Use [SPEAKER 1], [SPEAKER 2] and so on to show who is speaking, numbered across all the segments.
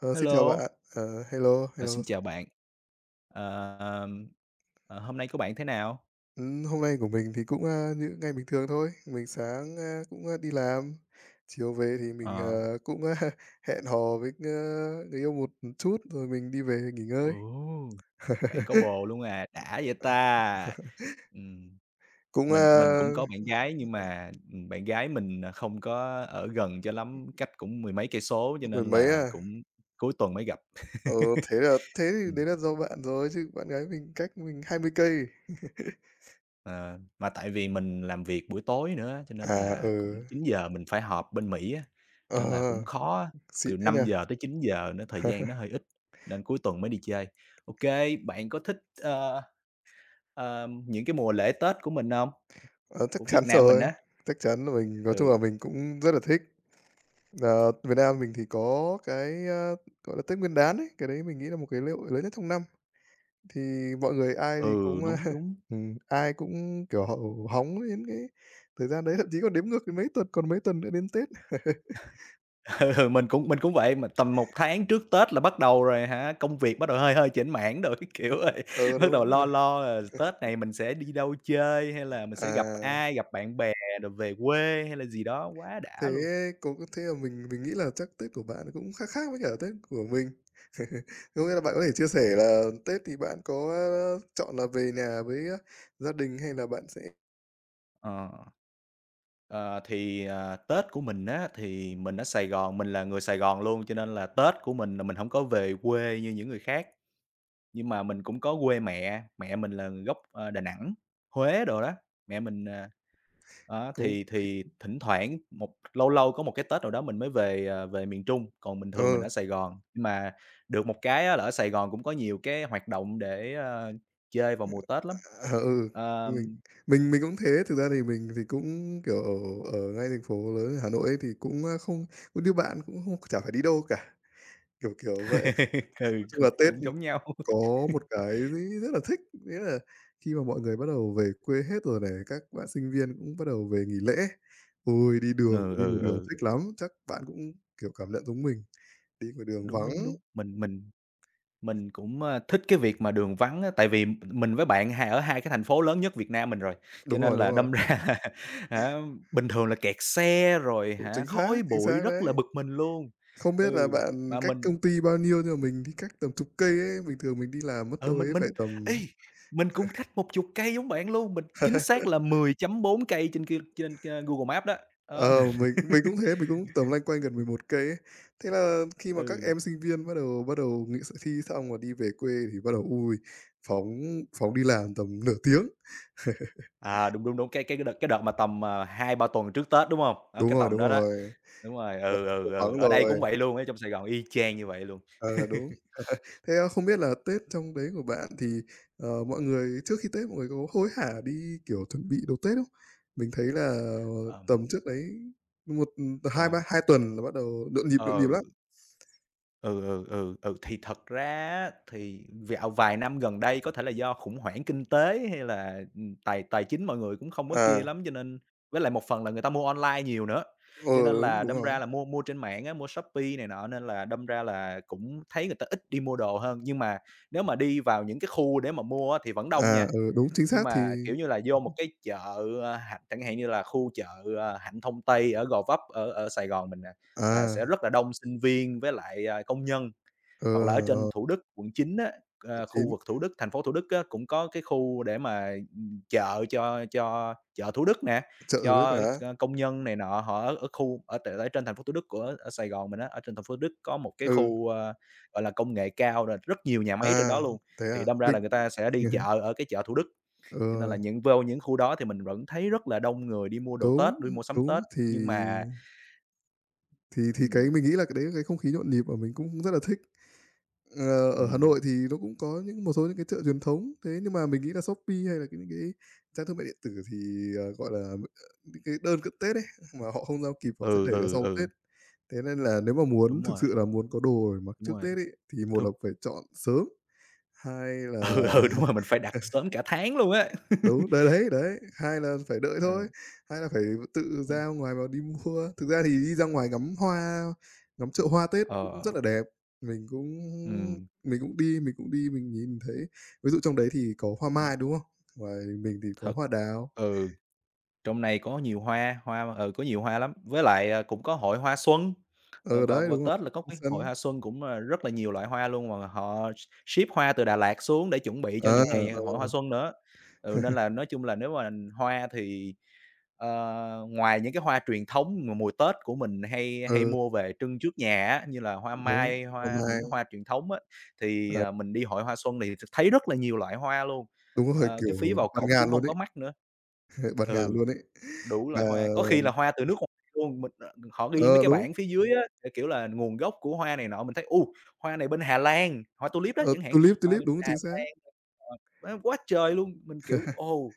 [SPEAKER 1] Ờ, Xin chào bạn.
[SPEAKER 2] Hello,
[SPEAKER 1] Ờ, Hello,
[SPEAKER 2] à,
[SPEAKER 1] hello.
[SPEAKER 2] xin
[SPEAKER 1] s
[SPEAKER 2] chào bạn. Ờ, ờm, Hôm nay của bạn thế nào?
[SPEAKER 1] Hôm nay của mình thì cũng, như những ngày bình thường thôi. Mình sáng, cũng, đi làm, chiều về thì mình,
[SPEAKER 2] Ờ,
[SPEAKER 1] cũng, hẹn hò với, người yêu một chút rồi mình đi về nghỉ ngơi.
[SPEAKER 2] Ồ, bạn có bồ luôn à, đã vậy ta! Ừm,
[SPEAKER 1] Cũng,
[SPEAKER 2] mình cũng có bạn gái nhưng mà, bạn gái mình, không có ở gần cho lắm, cách cũng mười mấy cây số cho
[SPEAKER 1] mười
[SPEAKER 2] nên
[SPEAKER 1] mấy
[SPEAKER 2] là
[SPEAKER 1] à?
[SPEAKER 2] cũng cuối tuần mới gặp.
[SPEAKER 1] Ờ, Thế thì đấy là do bạn rồi, chứ bạn gái mình cách mình 20 cây.
[SPEAKER 2] Ờ, mà tại vì mình làm việc buổi tối nữa, cho nên
[SPEAKER 1] À,
[SPEAKER 2] là cũng
[SPEAKER 1] ừ.
[SPEAKER 2] 9 giờ mình phải họp bên Mỹ á,
[SPEAKER 1] Ờ,
[SPEAKER 2] nên là cũng khó á,
[SPEAKER 1] Xịn
[SPEAKER 2] từ
[SPEAKER 1] thế nhỉ?
[SPEAKER 2] 5 giờ tới 9 giờ nữa thời gian nó hơi ít, nên cuối tuần mới đi chơi. OK, bạn có thích, ờ, những cái mùa lễ Tết của mình không?
[SPEAKER 1] Ờ, Chắc
[SPEAKER 2] Của Việt
[SPEAKER 1] chắn
[SPEAKER 2] Nam mình
[SPEAKER 1] rồi,
[SPEAKER 2] á.
[SPEAKER 1] chắc chắn là mình nói chung
[SPEAKER 2] Ừ,
[SPEAKER 1] là mình cũng rất là thích. Việt Nam mình thì có cái, gọi là, Tết Nguyên đán ấy, cái đấy mình nghĩ là một cái lễ hội lớn nhất trong năm. Thì mọi người ai thì cũng,
[SPEAKER 2] ừ, đúng,
[SPEAKER 1] a,
[SPEAKER 2] đúng.
[SPEAKER 1] ai cũng, kiểu, hóng đến cái thời gian đấy, thậm chí còn đếm ngược đến mấy tuần còn mấy tuần nữa đến Tết.
[SPEAKER 2] Ừ, ừ, mình cũng vậy, mà tầm 1 tháng trước Tết là bắt đầu rồi hả, công việc bắt đầu hơi hơi chểnh mảng rồi kiểu rồi.
[SPEAKER 1] Ừ, đúng
[SPEAKER 2] Bắt đầu
[SPEAKER 1] rồi.
[SPEAKER 2] lo lo là Tết này mình sẽ đi đâu chơi, hay là mình sẽ gặp
[SPEAKER 1] À,
[SPEAKER 2] ai, gặp bạn bè rồi về quê hay là gì đó, quá
[SPEAKER 1] thế
[SPEAKER 2] đã luôn.
[SPEAKER 1] thế là mình nghĩ là chắc Tết của bạn cũng khác khác với cả Tết của mình. Có nghĩa là bạn có thể chia sẻ là Tết thì bạn có, chọn là về nhà với, gia đình hay là bạn sẽ
[SPEAKER 2] Ờ, ờ, thì, Tết của mình á, thì mình ở Sài Gòn, mình là người Sài Gòn luôn, cho nên là Tết của mình là mình không có về quê như những người khác. Nhưng mà mình cũng có quê mẹ, mẹ mình là gốc, Đà Nẵng, Huế đồ đó, mẹ mình, đó,
[SPEAKER 1] cũng
[SPEAKER 2] thì thỉnh thoảng lâu lâu có một cái Tết nào đó mình mới về, về miền Trung, còn bình thường mình
[SPEAKER 1] ờ.
[SPEAKER 2] ở Sài Gòn. Nhưng mà được một cái á là ở Sài Gòn cũng có nhiều cái hoạt động để, chơi vào mùa Tết lắm.
[SPEAKER 1] Ờ, ừ, mình
[SPEAKER 2] Ờm,
[SPEAKER 1] mình cũng thế. Thực ra thì mình thì cũng, kiểu, ở ở ngay thành phố lớn Hà Nội ấy thì cũng, không cũng như bạn, cũng không chả phải đi đâu cả, kiểu, kiểu vậy.
[SPEAKER 2] ừ,
[SPEAKER 1] Nói chung
[SPEAKER 2] cũng
[SPEAKER 1] là Tết,
[SPEAKER 2] cũng giống nhau.
[SPEAKER 1] có một cái gì rất là thích, nghĩa là khi mà mọi người bắt đầu về quê hết rồi này, các bạn sinh viên cũng bắt đầu về nghỉ lễ. Ôi, đi đường,
[SPEAKER 2] Ừ,
[SPEAKER 1] đi ngoài
[SPEAKER 2] ừ,
[SPEAKER 1] đường
[SPEAKER 2] ừ,
[SPEAKER 1] thích lắm, chắc bạn cũng, kiểu, cảm nhận giống mình, đi ngoài đường
[SPEAKER 2] đúng,
[SPEAKER 1] vắng
[SPEAKER 2] đúng, đúng, mình cũng, thích cái việc mà đường vắng á, tại vì mình với bạn hai ở hai cái thành phố lớn nhất Việt Nam mình rồi, cho nên
[SPEAKER 1] đúng
[SPEAKER 2] là đâm
[SPEAKER 1] rồi,
[SPEAKER 2] ra là hả, bình thường là kẹt xe rồi
[SPEAKER 1] cũng
[SPEAKER 2] hả, khói
[SPEAKER 1] chính
[SPEAKER 2] bụi
[SPEAKER 1] xác
[SPEAKER 2] rất
[SPEAKER 1] đấy.
[SPEAKER 2] là bực mình luôn.
[SPEAKER 1] Không biết là
[SPEAKER 2] Ừ,
[SPEAKER 1] bạn
[SPEAKER 2] mà
[SPEAKER 1] cách
[SPEAKER 2] mình
[SPEAKER 1] công ty bao nhiêu, nhưng mà mình thì cách tầm chục cây ấy, bình thường mình đi làm mất
[SPEAKER 2] ừ,
[SPEAKER 1] đâu
[SPEAKER 2] mình
[SPEAKER 1] đấy phải
[SPEAKER 2] mình ê,
[SPEAKER 1] tầm
[SPEAKER 2] mình cũng cách một chục cây giống bạn luôn, mình chính xác là 10,4 cây trên kia trên, Google Maps đó. Đó, mình
[SPEAKER 1] ờ, mình cũng thế, mình cũng tầm loanh quanh gần 11 cây ấy. Thế là khi mà các
[SPEAKER 2] ừ.
[SPEAKER 1] em sinh viên bắt đầu nghỉ thi xong và đi về quê thì bắt đầu, ui phóng phóng đi làm tầm nửa tiếng.
[SPEAKER 2] À, đúng, đúng, đúng, cái đợt mà tầm, 2-3 tuần trước Tết, đúng hông? Đó, cái tầm
[SPEAKER 1] Đúng
[SPEAKER 2] đó đó.
[SPEAKER 1] rồi,
[SPEAKER 2] Đúng rồi,
[SPEAKER 1] là
[SPEAKER 2] ừ, ừ, ừ,
[SPEAKER 1] phóng
[SPEAKER 2] ở đây
[SPEAKER 1] rồi,
[SPEAKER 2] cũng vậy luôn, ở trong Sài Gòn y chang như vậy luôn.
[SPEAKER 1] ờ, đúng. Thế á, không biết là Tết trong đấy của bạn thì, mọi người trước khi Tết mọi người có hối hả đi, kiểu, chuẩn bị đồ Tết không? Mình thấy là
[SPEAKER 2] Ờm,
[SPEAKER 1] tầm trước đấy một ừ, hai ba
[SPEAKER 2] còn
[SPEAKER 1] 2 tuần là bắt đầu nhộn nhịp
[SPEAKER 2] ờ.
[SPEAKER 1] lắm.
[SPEAKER 2] Ừ, ừ, ừ, ừ, thì thật ra á thì dạo vài năm gần đây có thể là do khủng hoảng kinh tế hay là, tài tài chính mọi người cũng không có kia
[SPEAKER 1] À,
[SPEAKER 2] lắm, cho nên với lại một phần là người ta mua online nhiều nữa,
[SPEAKER 1] ờ,
[SPEAKER 2] cho nên
[SPEAKER 1] đúng,
[SPEAKER 2] là
[SPEAKER 1] đúng
[SPEAKER 2] đâm
[SPEAKER 1] rồi.
[SPEAKER 2] ra là mua mua trên mạng á, mua Shopee này nọ nên là đâm ra là cũng thấy người ta ít đi mua đồ hơn. Nhưng mà nếu mà đi vào những cái khu để mà mua á thì vẫn đông
[SPEAKER 1] À,
[SPEAKER 2] nha.
[SPEAKER 1] ừ, đúng, chính
[SPEAKER 2] Nhưng
[SPEAKER 1] xác thì
[SPEAKER 2] mà, kiểu như là, vô một cái chợ, Hạnh chẳng hạn như là khu chợ, Hạnh Thông Tây ở Gò Vấp, ở ở Sài Gòn mình nè, là
[SPEAKER 1] à,
[SPEAKER 2] sẽ rất là đông sinh viên với lại, công nhân.
[SPEAKER 1] ờ,
[SPEAKER 2] Hoặc là ở trên
[SPEAKER 1] ờ,
[SPEAKER 2] Thủ Đức, Quận 9 á, khu
[SPEAKER 1] quận
[SPEAKER 2] vực Thủ Đức, thành phố Thủ Đức á, cũng có cái khu để mà, chợ cho chợ Thủ Đức nè,
[SPEAKER 1] chợ Thủ Đức
[SPEAKER 2] cho
[SPEAKER 1] hả?
[SPEAKER 2] cho công nhân này nọ, họ ở ở khu ở t ở trên thành phố Thủ Đức của ở Sài Gòn mình á, ở trên thành phố Thủ Đức có một cái
[SPEAKER 1] Ừ,
[SPEAKER 2] khu, gọi là, công nghệ cao, rồi rất nhiều nhà máy trên đó
[SPEAKER 1] à,
[SPEAKER 2] luôn.
[SPEAKER 1] thế
[SPEAKER 2] Thì
[SPEAKER 1] à?
[SPEAKER 2] đâm ra là
[SPEAKER 1] Mình
[SPEAKER 2] người ta sẽ đi chợ ở cái chợ Thủ Đức. Cho nên
[SPEAKER 1] ờ,
[SPEAKER 2] là những vô những khu đó thì mình vẫn thấy rất là đông người đi mua đồ
[SPEAKER 1] đúng,
[SPEAKER 2] Tết, đi mua sắm
[SPEAKER 1] đúng,
[SPEAKER 2] Tết,
[SPEAKER 1] thì
[SPEAKER 2] nhưng mà.
[SPEAKER 1] thì thì cái
[SPEAKER 2] ừm,
[SPEAKER 1] mình nghĩ là cái đấy là cái không khí nhộn nhịp mà mình cũng rất là thích. Ở Hà
[SPEAKER 2] ừm,
[SPEAKER 1] Nội thì nó cũng có những một số những cái chợ truyền thống, thế nhưng mà mình nghĩ là Shopee hay là cái những cái trang thương mại điện tử thì, gọi là, những cái đơn cận Tết ấy, mà họ không giao kịp họ sẽ
[SPEAKER 2] ừ,
[SPEAKER 1] đẩy ra
[SPEAKER 2] ừ,
[SPEAKER 1] sau
[SPEAKER 2] ừ,
[SPEAKER 1] Tết. Thế nên là nếu mà muốn
[SPEAKER 2] đúng
[SPEAKER 1] thực
[SPEAKER 2] rồi,
[SPEAKER 1] sự là muốn có đồ để mặc
[SPEAKER 2] đúng
[SPEAKER 1] trước
[SPEAKER 2] rồi,
[SPEAKER 1] Tết ấy, thì một là
[SPEAKER 2] đúng,
[SPEAKER 1] phải chọn sớm, hai là
[SPEAKER 2] ừ, ừ, đúng rồi, mình phải đặt sớm cả tháng luôn á.
[SPEAKER 1] đúng, đấy, đấy, đấy, hai là phải đợi thôi,
[SPEAKER 2] Ừ,
[SPEAKER 1] hai là phải tự
[SPEAKER 2] ừm,
[SPEAKER 1] ra ngoài mà đi mua. Thực ra thì đi ra ngoài ngắm hoa, ngắm chợ hoa Tết cũng
[SPEAKER 2] ờ,
[SPEAKER 1] rất là đẹp, mình cũng
[SPEAKER 2] ừm,
[SPEAKER 1] mình cũng đi mình nhìn thấy ví dụ trong đấy thì có hoa
[SPEAKER 2] ừm,
[SPEAKER 1] mai, đúng không? Ngoài mình thì có
[SPEAKER 2] thật,
[SPEAKER 1] hoa đào.
[SPEAKER 2] ừ. Trong này có nhiều hoa, hoa có nhiều hoa lắm, với lại, cũng có hội hoa xuân,
[SPEAKER 1] Ờ
[SPEAKER 2] vào
[SPEAKER 1] Đấy,
[SPEAKER 2] vào
[SPEAKER 1] đúng rồi,
[SPEAKER 2] Tết là có cái hội
[SPEAKER 1] sân
[SPEAKER 2] hoa xuân cũng, rất là nhiều loại hoa luôn mà họ ship hoa từ Đà Lạt xuống để chuẩn bị cho
[SPEAKER 1] ờ,
[SPEAKER 2] những ngày hội
[SPEAKER 1] ờ,
[SPEAKER 2] hoa xuân nữa. Ừ, nên là nói chung là nếu mà hoa thì, ngoài những cái hoa truyền thống mà mùa Tết của mình hay hay
[SPEAKER 1] ừ,
[SPEAKER 2] mua về trưng trước nhà á, như là hoa
[SPEAKER 1] đúng,
[SPEAKER 2] mai,
[SPEAKER 1] hoa
[SPEAKER 2] hoa những
[SPEAKER 1] mai,
[SPEAKER 2] cái hoa truyền thống á, thì,
[SPEAKER 1] ờ,
[SPEAKER 2] mình đi hội hoa xuân thì thấy rất là nhiều loại hoa luôn,
[SPEAKER 1] đúng rồi, kiểu,
[SPEAKER 2] cái phí vào
[SPEAKER 1] bạt
[SPEAKER 2] cổng cũng
[SPEAKER 1] ngàn luôn
[SPEAKER 2] không
[SPEAKER 1] ấy,
[SPEAKER 2] có mắc nữa.
[SPEAKER 1] ờ, bạt ngàn
[SPEAKER 2] Ừ.
[SPEAKER 1] luôn ấy.
[SPEAKER 2] Đủ
[SPEAKER 1] Mà
[SPEAKER 2] loại hoa, có khi là hoa từ nước ngoài luôn, mình, họ ghi mấy
[SPEAKER 1] ờ,
[SPEAKER 2] cái
[SPEAKER 1] đúng,
[SPEAKER 2] bảng phía dưới á, kiểu, kiểu là nguồn gốc của hoa này nọ, mình thấy, hoa này bên Hà Lan, hoa tulip đó
[SPEAKER 1] ờ,
[SPEAKER 2] chẳng hạn,
[SPEAKER 1] tulip,
[SPEAKER 2] hoa
[SPEAKER 1] tulip,
[SPEAKER 2] bên
[SPEAKER 1] đúng,
[SPEAKER 2] Hà
[SPEAKER 1] chính xác.
[SPEAKER 2] Lan. Ờ, Quá quá trời luôn! Mình, kiểu, ồ,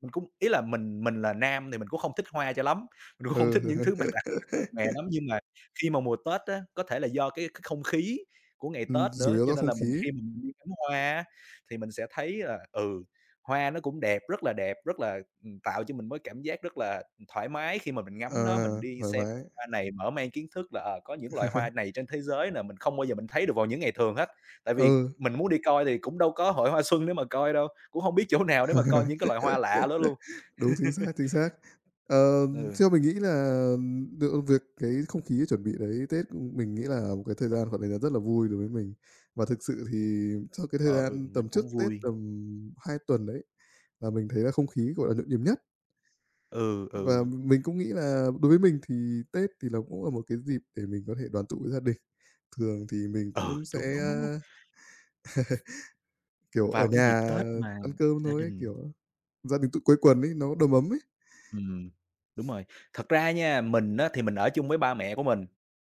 [SPEAKER 2] mình cũng ý là mình là nam thì mình cũng không thích hoa cho lắm, mình cũng không
[SPEAKER 1] Ừ.
[SPEAKER 2] thích những thứ mà đặc sắc mộc mè lắm, nhưng mà khi mà mùa Tết á, có thể là do cái không khí của ngày Tết
[SPEAKER 1] Chủ
[SPEAKER 2] nữa,
[SPEAKER 1] yếu
[SPEAKER 2] cho
[SPEAKER 1] do
[SPEAKER 2] nên
[SPEAKER 1] không
[SPEAKER 2] là mình
[SPEAKER 1] khí,
[SPEAKER 2] khi mà mình đi ngắm hoa á, thì mình sẽ thấy là, ừ, hoa nó cũng đẹp, rất là, tạo cho mình mới cảm giác rất là thoải mái khi mà mình
[SPEAKER 1] ờ,
[SPEAKER 2] ngắm nó, mình đi
[SPEAKER 1] thoải
[SPEAKER 2] xem
[SPEAKER 1] mái.
[SPEAKER 2] hoa này, mở mang kiến thức là, có những loại hoa này trên thế giới là mình không bao giờ mình thấy được vào những ngày thường hết. Tại vì
[SPEAKER 1] Ừ,
[SPEAKER 2] mình muốn đi coi thì cũng đâu có hội hoa xuân để mà coi đâu, cũng hông biết chỗ nào để mà coi những cái loại hoa lạ đó luôn.
[SPEAKER 1] đúng, chính xác, chính xác. Ờ,
[SPEAKER 2] Ừ.
[SPEAKER 1] Theo mình nghĩ là được việc cái không khí chuẩn bị đấy Tết, mình nghĩ là một cái thời gian, gọi là, rất là vui đối với mình. Và thực sự thì trong cái thời
[SPEAKER 2] Ờ, ừ,
[SPEAKER 1] gian
[SPEAKER 2] mình
[SPEAKER 1] tầm trước
[SPEAKER 2] cũng
[SPEAKER 1] Tết
[SPEAKER 2] vui.
[SPEAKER 1] tầm 2 tuần đấy, là mình thấy là không khí, gọi là, nhộn nhịp nhất.
[SPEAKER 2] Ừ,
[SPEAKER 1] Và
[SPEAKER 2] ừ,
[SPEAKER 1] mình cũng nghĩ là đối với mình thì Tết thì nó cũng là một cái dịp để mình có thể đoàn tụ với gia đình. Thường thì mình
[SPEAKER 2] ừ,
[SPEAKER 1] cũng
[SPEAKER 2] đúng,
[SPEAKER 1] sẽ
[SPEAKER 2] đúng, đúng, đúng.
[SPEAKER 1] Kiểu, ở
[SPEAKER 2] Vào cái dịp
[SPEAKER 1] nhà
[SPEAKER 2] Tết mà
[SPEAKER 1] ăn cơm
[SPEAKER 2] gia
[SPEAKER 1] thôi ấy,
[SPEAKER 2] đình.
[SPEAKER 1] kiểu, gia đình tụ quây quần ấy, nó đầm ấm ấy.
[SPEAKER 2] Ừm, Đúng rồi. Thật ra nha, mình á thì mình ở chung với ba mẹ của mình.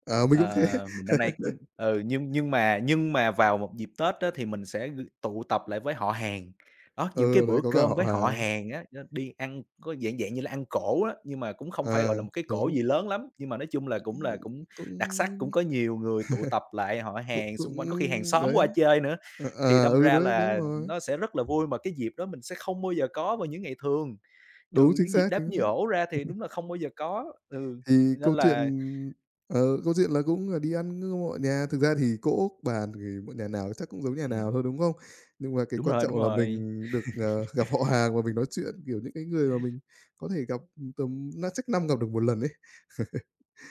[SPEAKER 1] À, mình cũng thế.
[SPEAKER 2] Mình năm nay cũng nhưng mà vào một dịp Tết á thì mình sẽ tụ tập lại với họ hàng. Đó, những cái
[SPEAKER 1] Ừ, đấy,
[SPEAKER 2] bữa
[SPEAKER 1] có cả
[SPEAKER 2] cơm
[SPEAKER 1] họ
[SPEAKER 2] với họ
[SPEAKER 1] hàng.
[SPEAKER 2] hàng á, đi ăn có dạng dạng như là ăn cỗ á, nhưng mà cũng không phải,
[SPEAKER 1] À,
[SPEAKER 2] gọi là, một cái cỗ
[SPEAKER 1] đúng,
[SPEAKER 2] gì lớn lắm, nhưng mà nói chung là cũng
[SPEAKER 1] ừm,
[SPEAKER 2] đặc sắc,
[SPEAKER 1] cũng
[SPEAKER 2] cũng có nhiều người tụ tập lại, họ
[SPEAKER 1] cũng
[SPEAKER 2] hàng
[SPEAKER 1] cũng
[SPEAKER 2] xung quanh, có khi hàng xóm
[SPEAKER 1] đấy,
[SPEAKER 2] qua chơi nữa, thì đâm
[SPEAKER 1] ừ,
[SPEAKER 2] ra
[SPEAKER 1] đấy, đúng
[SPEAKER 2] là
[SPEAKER 1] rồi.
[SPEAKER 2] nó sẽ rất là vui, mà cái dịp đó mình sẽ không bao giờ có vào những ngày thường.
[SPEAKER 1] Đúng,
[SPEAKER 2] Trừ
[SPEAKER 1] chính
[SPEAKER 2] những dịp
[SPEAKER 1] xác,
[SPEAKER 2] đám
[SPEAKER 1] chính xác.
[SPEAKER 2] giỗ ra thì đúng là không bao giờ có, ừ,
[SPEAKER 1] Thì
[SPEAKER 2] nên
[SPEAKER 1] câu chuyện
[SPEAKER 2] là
[SPEAKER 1] ờ, Câu chuyện là cũng là đi ăn với mọi nhà, thực ra thì cỗ bàn thì mọi nhà nào chắc cũng giống nhà nào
[SPEAKER 2] ừm,
[SPEAKER 1] thôi, đúng không? Nhưng mà cái
[SPEAKER 2] đúng
[SPEAKER 1] quan
[SPEAKER 2] rồi, đúng
[SPEAKER 1] trọng là mình
[SPEAKER 2] rồi.
[SPEAKER 1] được, gặp họ hàng và mình nói chuyện, kiểu, những cái người mà mình có thể gặp, tầm chắc năm gặp được một lần ấy.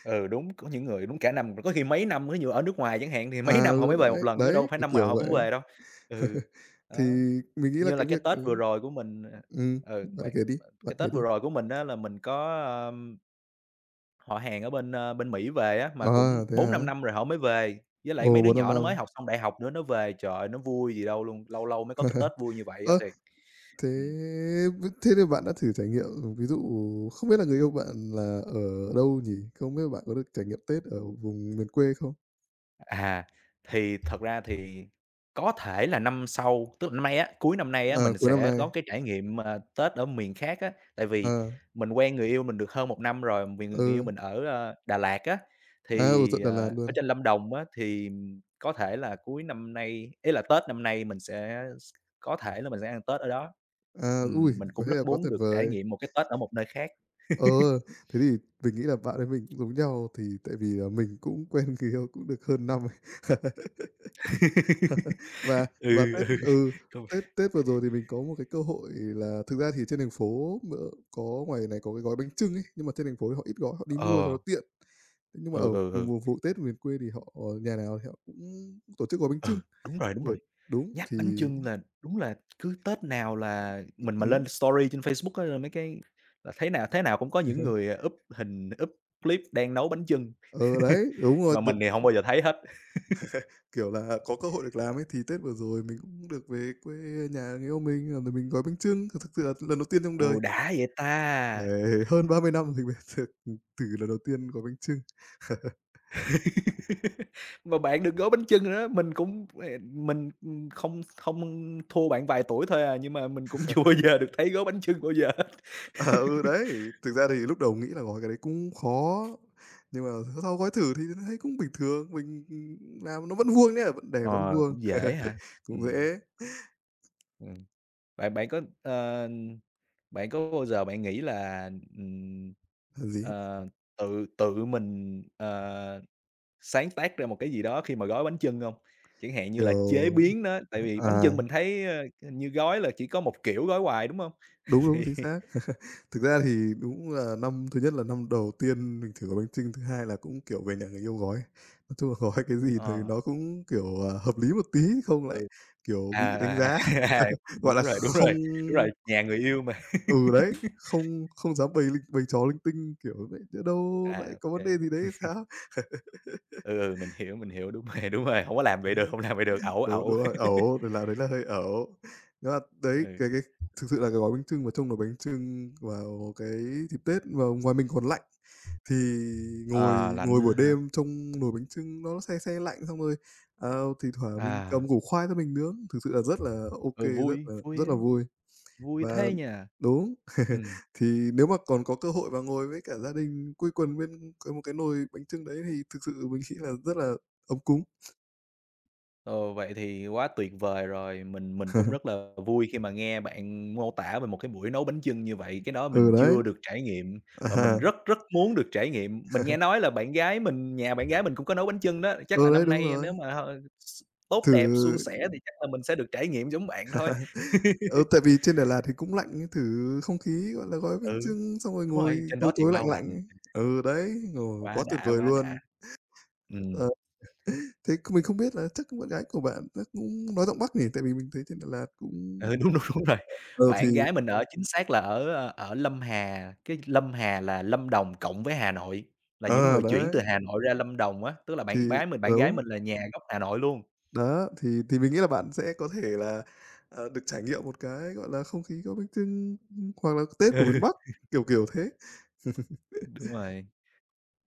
[SPEAKER 2] Ừ, đúng, có những người đúng cả năm, có khi mấy năm, ví dụ ở nước ngoài chẳng hạn thì mấy
[SPEAKER 1] À,
[SPEAKER 2] năm họ
[SPEAKER 1] ừ,
[SPEAKER 2] mới về một
[SPEAKER 1] đấy,
[SPEAKER 2] lần chứ
[SPEAKER 1] đấy,
[SPEAKER 2] đâu phải
[SPEAKER 1] kiểu,
[SPEAKER 2] năm nào
[SPEAKER 1] kiểu
[SPEAKER 2] họ
[SPEAKER 1] vậy.
[SPEAKER 2] cũng về đâu. Ừ,
[SPEAKER 1] Thì
[SPEAKER 2] đó,
[SPEAKER 1] mình nghĩ là
[SPEAKER 2] như là
[SPEAKER 1] cái
[SPEAKER 2] cái
[SPEAKER 1] việc
[SPEAKER 2] Tết
[SPEAKER 1] đấy
[SPEAKER 2] vừa rồi của mình, à ừ,
[SPEAKER 1] Bạn
[SPEAKER 2] bạn
[SPEAKER 1] kể đi, bạn
[SPEAKER 2] cái
[SPEAKER 1] kể
[SPEAKER 2] Tết
[SPEAKER 1] đi.
[SPEAKER 2] vừa rồi của mình á là mình có, họ hàng ở bên, bên Mỹ về á, mà
[SPEAKER 1] À,
[SPEAKER 2] cũng
[SPEAKER 1] thế
[SPEAKER 2] bốn
[SPEAKER 1] hả?
[SPEAKER 2] năm năm rồi họ mới về, với lại
[SPEAKER 1] Ồ,
[SPEAKER 2] mấy đứa
[SPEAKER 1] bốn năm
[SPEAKER 2] nhỏ nó mới
[SPEAKER 1] năm.
[SPEAKER 2] học xong đại học nữa nó về, trời ơi, nó vui gì đâu luôn, lâu lâu mới có cái Tết vui như vậy á
[SPEAKER 1] Ơ,
[SPEAKER 2] thiệt,
[SPEAKER 1] thế
[SPEAKER 2] ừm.
[SPEAKER 1] Thế thì bạn đã thử trải nghiệm, ừ, ví dụ không biết là người yêu bạn là ở đâu nhỉ? Không biết bạn có được trải nghiệm Tết ở vùng miền quê không?
[SPEAKER 2] À, thì thật ra thì có thể là năm sau, tức là năm nay á, cuối năm nay á,
[SPEAKER 1] À,
[SPEAKER 2] mình
[SPEAKER 1] cuối năm
[SPEAKER 2] sẽ
[SPEAKER 1] nay.
[SPEAKER 2] có cái trải nghiệm, mà Tết ở miền khác á. Tại vì
[SPEAKER 1] À,
[SPEAKER 2] mình quen người yêu mình được hơn 1 năm rồi, vì người yêu
[SPEAKER 1] ừ,
[SPEAKER 2] mình ở, Đà Lạt á,
[SPEAKER 1] ở
[SPEAKER 2] thì,
[SPEAKER 1] tận Đà Lạt
[SPEAKER 2] ở
[SPEAKER 1] luôn.
[SPEAKER 2] trên Lâm Đồng á, thì có thể là cuối năm nay ý là Tết năm nay mình sẽ có thể là mình sẽ ăn Tết ở đó.
[SPEAKER 1] À, ui,
[SPEAKER 2] Mình
[SPEAKER 1] có
[SPEAKER 2] cũng
[SPEAKER 1] thế là
[SPEAKER 2] rất
[SPEAKER 1] quá
[SPEAKER 2] muốn
[SPEAKER 1] tuyệt
[SPEAKER 2] được trải
[SPEAKER 1] vời.
[SPEAKER 2] nghiệm một cái Tết ở một nơi khác.
[SPEAKER 1] Ờ, Thế thì mình nghĩ là bạn với mình cũng giống nhau, thì tại vì là mình cũng quen người yêu cũng được hơn năm ấy. Và
[SPEAKER 2] Ừ,
[SPEAKER 1] Tết
[SPEAKER 2] ừ,
[SPEAKER 1] ừ,
[SPEAKER 2] công
[SPEAKER 1] Tết Tết vừa rồi thì mình có một cái cơ hội là thực ra thì trên thành phố m có ngoài này có cái gói bánh chưng ấy, nhưng mà trên thành phố thì họ ít gói, họ đi mua cho nó
[SPEAKER 2] ờ,
[SPEAKER 1] tiện. Thế nhưng mà ở
[SPEAKER 2] ừ, ừ,
[SPEAKER 1] vùng
[SPEAKER 2] ừ.
[SPEAKER 1] vùng vụ Tết miền quê thì họ nhà nào thì họ cũng tổ chức gói bánh
[SPEAKER 2] Ừ,
[SPEAKER 1] chưng,
[SPEAKER 2] đúng rồi, đúng
[SPEAKER 1] bởi
[SPEAKER 2] rồi.
[SPEAKER 1] đúng,
[SPEAKER 2] Nhắc
[SPEAKER 1] thì
[SPEAKER 2] bánh chưng là đúng là cứ Tết nào là mình mà
[SPEAKER 1] ừm,
[SPEAKER 2] lên story trên Facebook á, là mấy cái là thế nào cũng có
[SPEAKER 1] ừ,
[SPEAKER 2] những người, up hình, up clip đang nấu bánh chưng,
[SPEAKER 1] ờ, đấy,
[SPEAKER 2] nhưng
[SPEAKER 1] đúng rồi,
[SPEAKER 2] mà mình thì hông bao giờ thấy hết.
[SPEAKER 1] kiểu là, có cơ hội được làm ấy, thì Tết vừa rồi mình cũng được về quê nhà người yêu mình, rồi mình gói bánh chưng, thực thực sự là lần đầu tiên trong đời.
[SPEAKER 2] Ồ, đã vậy ta!
[SPEAKER 1] Đấy, hơn 30 năm thì mới được, từ lần đầu tiên gói bánh chưng.
[SPEAKER 2] Mà bạn được gói bánh chưng rồi đó, mình cũng, mình, không không thua bạn vài tuổi thôi à, nhưng mà mình cũng chưa bao giờ được thấy gói bánh chưng bao giờ hết.
[SPEAKER 1] À, ừ, đấy, thực ra thì
[SPEAKER 2] Ừm.
[SPEAKER 1] lúc đầu nghĩ là gói cái đấy cũng khó, nhưng mà sau gói thử thì thấy cũng bình thường, mình, ừ, làm nó vẫn vuông nhá, vẫn
[SPEAKER 2] Ờ,
[SPEAKER 1] vuông,
[SPEAKER 2] cũng dễ ha.
[SPEAKER 1] cũng
[SPEAKER 2] Ừm.
[SPEAKER 1] dễ,
[SPEAKER 2] Ừm. Bạn bạn có, bạn có bao giờ bạn nghĩ là, ừm,
[SPEAKER 1] làm gì,
[SPEAKER 2] ờ, tự tự mình, sáng tác ra một cái gì đó khi mà gói bánh chưng hông? Chẳng hạn như là chế
[SPEAKER 1] kiểu
[SPEAKER 2] biến nó, tại vì bánh
[SPEAKER 1] à,
[SPEAKER 2] chưng mình thấy, ơ, hình như gói là chỉ có một kiểu gói hoài, đúng hông?
[SPEAKER 1] đúng, đúng, chính
[SPEAKER 2] Thì
[SPEAKER 1] xác. Thực ra thì đúng là năm thứ nhất là năm đầu tiên mình thử gói bánh chưng, thứ hai là cũng, kiểu, về nhà người yêu gói. Nói chung là gói cái gì thì
[SPEAKER 2] ờ,
[SPEAKER 1] nó cũng, kiểu, hợp lý một tí, không lại,
[SPEAKER 2] ừ,
[SPEAKER 1] kiểu, bị đánh
[SPEAKER 2] à,
[SPEAKER 1] giá.
[SPEAKER 2] à, à,
[SPEAKER 1] Gọi
[SPEAKER 2] đúng
[SPEAKER 1] là,
[SPEAKER 2] rồi, đúng
[SPEAKER 1] không
[SPEAKER 2] rồi, đúng rồi, nhà người yêu mà.
[SPEAKER 1] ừ, đấy, không không dám bày linh bày trò linh tinh, kiểu, vậy nhỡ đâu
[SPEAKER 2] À,
[SPEAKER 1] lại
[SPEAKER 2] ô
[SPEAKER 1] có vấn
[SPEAKER 2] kê,
[SPEAKER 1] đề gì đấy thì sao?
[SPEAKER 2] ừ, mình hiểu, đúng rồi, hổng có làm vậy được, hông làm vậy được, ẩu,
[SPEAKER 1] Đúng,
[SPEAKER 2] ẩu.
[SPEAKER 1] đúng rồi, ẩu, đấy là hơi ẩu. Nhưng mà đấy,
[SPEAKER 2] Ừ.
[SPEAKER 1] cái thực sự là cái gói bánh chưng mà trông là bánh chưng vào cái dịp Tết mà ngoài mình còn lạnh, thì ngồi
[SPEAKER 2] Ờ, lạnh
[SPEAKER 1] ngồi buổi
[SPEAKER 2] nữa hả?
[SPEAKER 1] đêm trong nồi bánh chưng nó se se lạnh, xong rồi, thi thoảng mình
[SPEAKER 2] À,
[SPEAKER 1] cầm củ khoai ra mình nướng, thực sự là rất là ok
[SPEAKER 2] ừ, vui, vui
[SPEAKER 1] rất là
[SPEAKER 2] ấy,
[SPEAKER 1] vui.
[SPEAKER 2] vui
[SPEAKER 1] Và
[SPEAKER 2] thế nhỉ?
[SPEAKER 1] đúng,
[SPEAKER 2] Ừm.
[SPEAKER 1] thì nếu mà còn có cơ hội mà ngồi với cả gia đình quây quần bên một cái nồi bánh chưng đấy thì thực sự mình nghĩ là rất là ấm cúng.
[SPEAKER 2] Ờ, vậy thì quá tuyệt vời rồi, mình cũng rất là vui khi mà nghe bạn mô tả về một cái buổi nấu bánh chưng như vậy, cái đó
[SPEAKER 1] Ừ,
[SPEAKER 2] mình
[SPEAKER 1] đấy,
[SPEAKER 2] chưa được trải nghiệm và mình
[SPEAKER 1] à,
[SPEAKER 2] rất rất muốn được trải nghiệm. Mình nghe nói là bạn gái mình nhà bạn gái mình cũng có nấu bánh chưng đó, chắc là
[SPEAKER 1] ừ, đấy,
[SPEAKER 2] năm
[SPEAKER 1] đúng
[SPEAKER 2] nay
[SPEAKER 1] rồi.
[SPEAKER 2] nếu mà h s tốt
[SPEAKER 1] Thử
[SPEAKER 2] đẹp, suôn sẻ thì chắc là mình sẽ được trải nghiệm giống bạn thôi.
[SPEAKER 1] ừ, Tại vì trên Đà Lạt thì cũng lạnh ấy, thử không khí, gọi là, gói bánh
[SPEAKER 2] Ừ,
[SPEAKER 1] chưng xong rồi
[SPEAKER 2] đúng
[SPEAKER 1] ngồi
[SPEAKER 2] rồi, trên đó
[SPEAKER 1] tối
[SPEAKER 2] thì
[SPEAKER 1] tối lạnh
[SPEAKER 2] bao
[SPEAKER 1] lạnh
[SPEAKER 2] lạnh,
[SPEAKER 1] ấy. Ừ, đấy, ngồi
[SPEAKER 2] quá
[SPEAKER 1] quá tuyệt
[SPEAKER 2] đã,
[SPEAKER 1] vời
[SPEAKER 2] quá đã.
[SPEAKER 1] luôn. Ờ,
[SPEAKER 2] Ừm.
[SPEAKER 1] thế c Mình không biết là chắc bạn gái của bạn chắc cũng nói giọng Bắc nhỉ? Tại vì mình thấy trên Đà Lạt cũng
[SPEAKER 2] Ừ, đúng, đúng, đúng rồi.
[SPEAKER 1] ờ, thì
[SPEAKER 2] Bạn gái mình ở chính xác là ở, ơ, ở Lâm Hà, cái Lâm Hà là Lâm Đồng cộng với Hà Nội, là những người chuyển
[SPEAKER 1] đấy,
[SPEAKER 2] từ Hà Nội ra Lâm Đồng á, tức là
[SPEAKER 1] thì
[SPEAKER 2] bạn gái
[SPEAKER 1] đúng.
[SPEAKER 2] mình là nhà gốc Hà Nội luôn.
[SPEAKER 1] Đó, thì mình nghĩ là bạn sẽ có thể là, được trải nghiệm một cái, gọi là, không khí có bánh chưng, hoặc là Tết của miền
[SPEAKER 2] Ừ,
[SPEAKER 1] Bắc, kiểu, kiểu thế.
[SPEAKER 2] đúng rồi,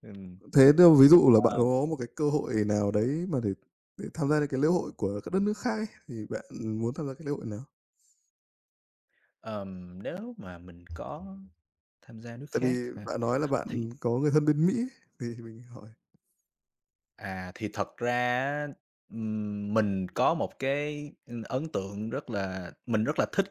[SPEAKER 2] ừm.
[SPEAKER 1] Thế đâu Ví dụ là bạn
[SPEAKER 2] Ờ,
[SPEAKER 1] có một cái cơ hội nào đấy mà để tham gia những cái lễ hội của các đất nước khác ấy, thì bạn muốn tham gia cái lễ hội nào?
[SPEAKER 2] nếu mà mình có tham gia nước
[SPEAKER 1] Tại vì
[SPEAKER 2] khác hả?
[SPEAKER 1] bạn nói là
[SPEAKER 2] Thì
[SPEAKER 1] bạn có người thân bên Mỹ ấy, thì mình hỏi
[SPEAKER 2] thì thật ra á, mình có một cái, ưm, ấn tượng rất là mình rất là thích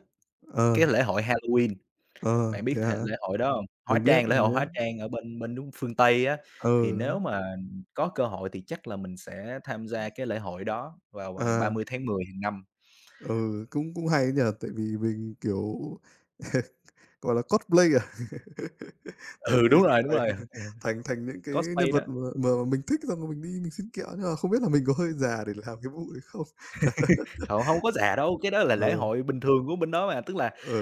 [SPEAKER 2] cái
[SPEAKER 1] ờ,
[SPEAKER 2] lễ hội Halloween.
[SPEAKER 1] ờ,
[SPEAKER 2] Bạn biết
[SPEAKER 1] thế
[SPEAKER 2] thề
[SPEAKER 1] hả?
[SPEAKER 2] lễ hội đó hông? Hóa
[SPEAKER 1] Mình biết,
[SPEAKER 2] Trang, lễ
[SPEAKER 1] mình
[SPEAKER 2] hội Hóa
[SPEAKER 1] biết.
[SPEAKER 2] Trang ở bên bên nước phương Tây á, thì
[SPEAKER 1] Ờ,
[SPEAKER 2] nếu
[SPEAKER 1] Đúng.
[SPEAKER 2] mà có cơ hội thì chắc là mình sẽ tham gia cái lễ hội đó vào ngày
[SPEAKER 1] À.
[SPEAKER 2] 30/10 hàng năm.
[SPEAKER 1] Ừ, cũng cũng hay ấy tại vì mình, kiểu, gọi là, cosplay à? Thành
[SPEAKER 2] Ừ,
[SPEAKER 1] đi
[SPEAKER 2] đúng
[SPEAKER 1] thành
[SPEAKER 2] rồi, ừ,
[SPEAKER 1] thành Thành những cái nhân
[SPEAKER 2] cosplay đó.
[SPEAKER 1] vật mà mình thích xong rồi mình đi mình xin kẹo, nhưng mà không biết là mình có hơi già để làm cái vụ đấy không?
[SPEAKER 2] Họ hông có già đâu, cái đó là
[SPEAKER 1] Ờ,
[SPEAKER 2] lễ hội bình thường của bên đó mà, tức là
[SPEAKER 1] ờ,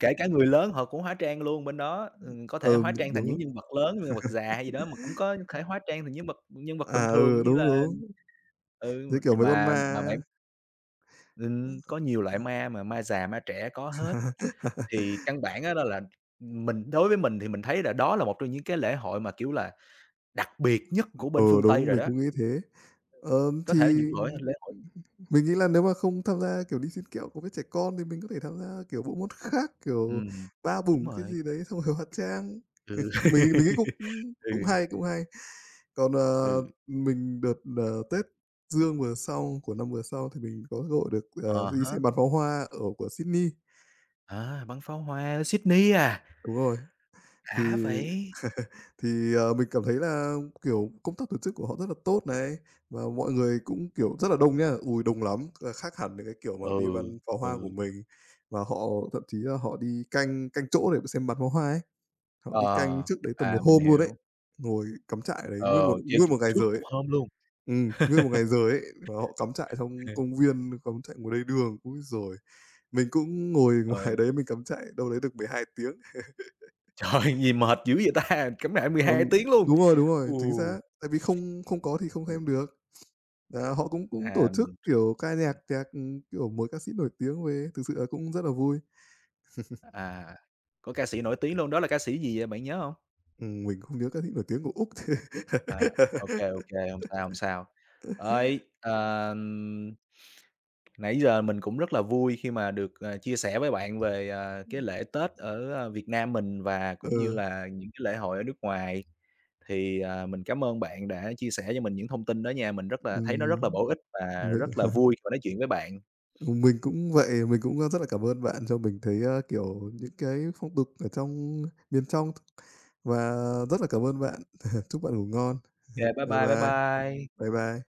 [SPEAKER 2] kể cả người lớn họ cũng hóa trang luôn bên đó, có
[SPEAKER 1] ờ,
[SPEAKER 2] thể hóa trang thành những
[SPEAKER 1] Đúng.
[SPEAKER 2] nhân vật lớn, nhân vật già hay gì đó, mà cũng có thể hóa trang thành nhân vật bình
[SPEAKER 1] À,
[SPEAKER 2] thường
[SPEAKER 1] ừ,
[SPEAKER 2] như
[SPEAKER 1] đúng,
[SPEAKER 2] là
[SPEAKER 1] đúng,
[SPEAKER 2] ừ,
[SPEAKER 1] thế kiểu mấy con
[SPEAKER 2] mà
[SPEAKER 1] ma.
[SPEAKER 2] bạn có nhiều loại ma mà, ma già, ma trẻ có hết. Thì căn bản á đó là mình đối với mình thì mình thấy là đó là một trong những cái lễ hội mà, kiểu là, đặc biệt nhất của
[SPEAKER 1] Ờ
[SPEAKER 2] bên phương Tây
[SPEAKER 1] Đúng,
[SPEAKER 2] rồi
[SPEAKER 1] mình
[SPEAKER 2] đó,
[SPEAKER 1] cũng nghĩ thế.
[SPEAKER 2] có
[SPEAKER 1] Thì
[SPEAKER 2] thể là những lễ lễ hội
[SPEAKER 1] mình nghĩ là nếu mà không tham gia, kiểu, đi xin kẹo của mấy trẻ con thì mình có thể tham gia, kiểu, bộ môn khác, kiểu,
[SPEAKER 2] ừm,
[SPEAKER 1] ba
[SPEAKER 2] đúng
[SPEAKER 1] bủng cái
[SPEAKER 2] rồi,
[SPEAKER 1] gì đấy, xong rồi hóa trang.
[SPEAKER 2] ừ,
[SPEAKER 1] Mình nghĩ cũng cũng
[SPEAKER 2] ừ,
[SPEAKER 1] hay, cũng hay. Còn,
[SPEAKER 2] ừ,
[SPEAKER 1] Tết Dương vừa sau, của năm vừa sau thì mình có cơ hội được,
[SPEAKER 2] à
[SPEAKER 1] đi
[SPEAKER 2] há,
[SPEAKER 1] xem bắn pháo hoa của Sydney.
[SPEAKER 2] à, bắn pháo hoa ở Sydney à,
[SPEAKER 1] Đúng rồi. Thì
[SPEAKER 2] đã vậy,
[SPEAKER 1] thì, mình cảm thấy là, kiểu, công tác tổ chức của họ rất là tốt này, và mọi người cũng, kiểu, rất là đông nhá. Ôi, đông lắm, khác hẳn với cái kiểu mà
[SPEAKER 2] ừ,
[SPEAKER 1] đi bắn pháo
[SPEAKER 2] ừ,
[SPEAKER 1] hoa của mình. Và họ thậm chí là họ đi canh canh chỗ để xem bắn pháo hoa ấy, họ đi
[SPEAKER 2] ờ,
[SPEAKER 1] canh trước đấy tầm một
[SPEAKER 2] mình
[SPEAKER 1] hôm luôn đấy
[SPEAKER 2] hiểu,
[SPEAKER 1] ngồi cắm trại đấy
[SPEAKER 2] ờ, treo
[SPEAKER 1] nguyên một ngày
[SPEAKER 2] trước
[SPEAKER 1] giời
[SPEAKER 2] một
[SPEAKER 1] ấy.
[SPEAKER 2] hôm luôn,
[SPEAKER 1] Nguyên một ngày giời ấy, và họ cắm trại trong công viên, cắm trại ngồi đầy đường. Ôi rồi Mình cũng ngồi ngoài
[SPEAKER 2] ơi,
[SPEAKER 1] đấy mình cắm trại đâu đấy được 12 tiếng.
[SPEAKER 2] trời, gì mệt dữ vậy ta, cắm trại 12 tiếng luôn,
[SPEAKER 1] Đúng
[SPEAKER 2] ừ,
[SPEAKER 1] rồi, chính xác. Tại vì không không có thì không
[SPEAKER 2] ừ,
[SPEAKER 1] xem được. Đó, họ cũng cũng tổ
[SPEAKER 2] à
[SPEAKER 1] chức, kiểu, ca nhạc nhạc, kiểu, mời ca sĩ nổi tiếng về, thực sự là cũng rất là vui.
[SPEAKER 2] À, có ca sĩ nổi tiếng luôn, đó là ca sĩ gì vậy, bạn nhớ hông?
[SPEAKER 1] Mình không nhớ ca sĩ nổi tiếng của Úc.
[SPEAKER 2] À, ô kê, hông sao, hông sao. Ấy, ờm, nãy giờ mình cũng rất là vui khi mà được, chia sẻ với bạn về, cái lễ Tết ở, Việt Nam mình và cũng
[SPEAKER 1] Ờ,
[SPEAKER 2] như là những cái lễ hội ở nước ngoài. Thì, mình cám ơn bạn đã chia sẻ cho mình những thông tin đó nha, mình rất là thấy nó rất là
[SPEAKER 1] ừm,
[SPEAKER 2] bổ ích và
[SPEAKER 1] vậy
[SPEAKER 2] rất là vui khi mà nói chuyện với bạn.
[SPEAKER 1] Mình cũng vậy, mình cũng, rất là cảm ơn bạn cho mình thấy, kiểu, những cái phong tục ở trong miền trong, và rất là cảm ơn bạn. Chúc bạn ngủ ngon.
[SPEAKER 2] Kê, bye
[SPEAKER 1] Bye
[SPEAKER 2] bye, bye
[SPEAKER 1] bye,
[SPEAKER 2] bye.
[SPEAKER 1] bye bye.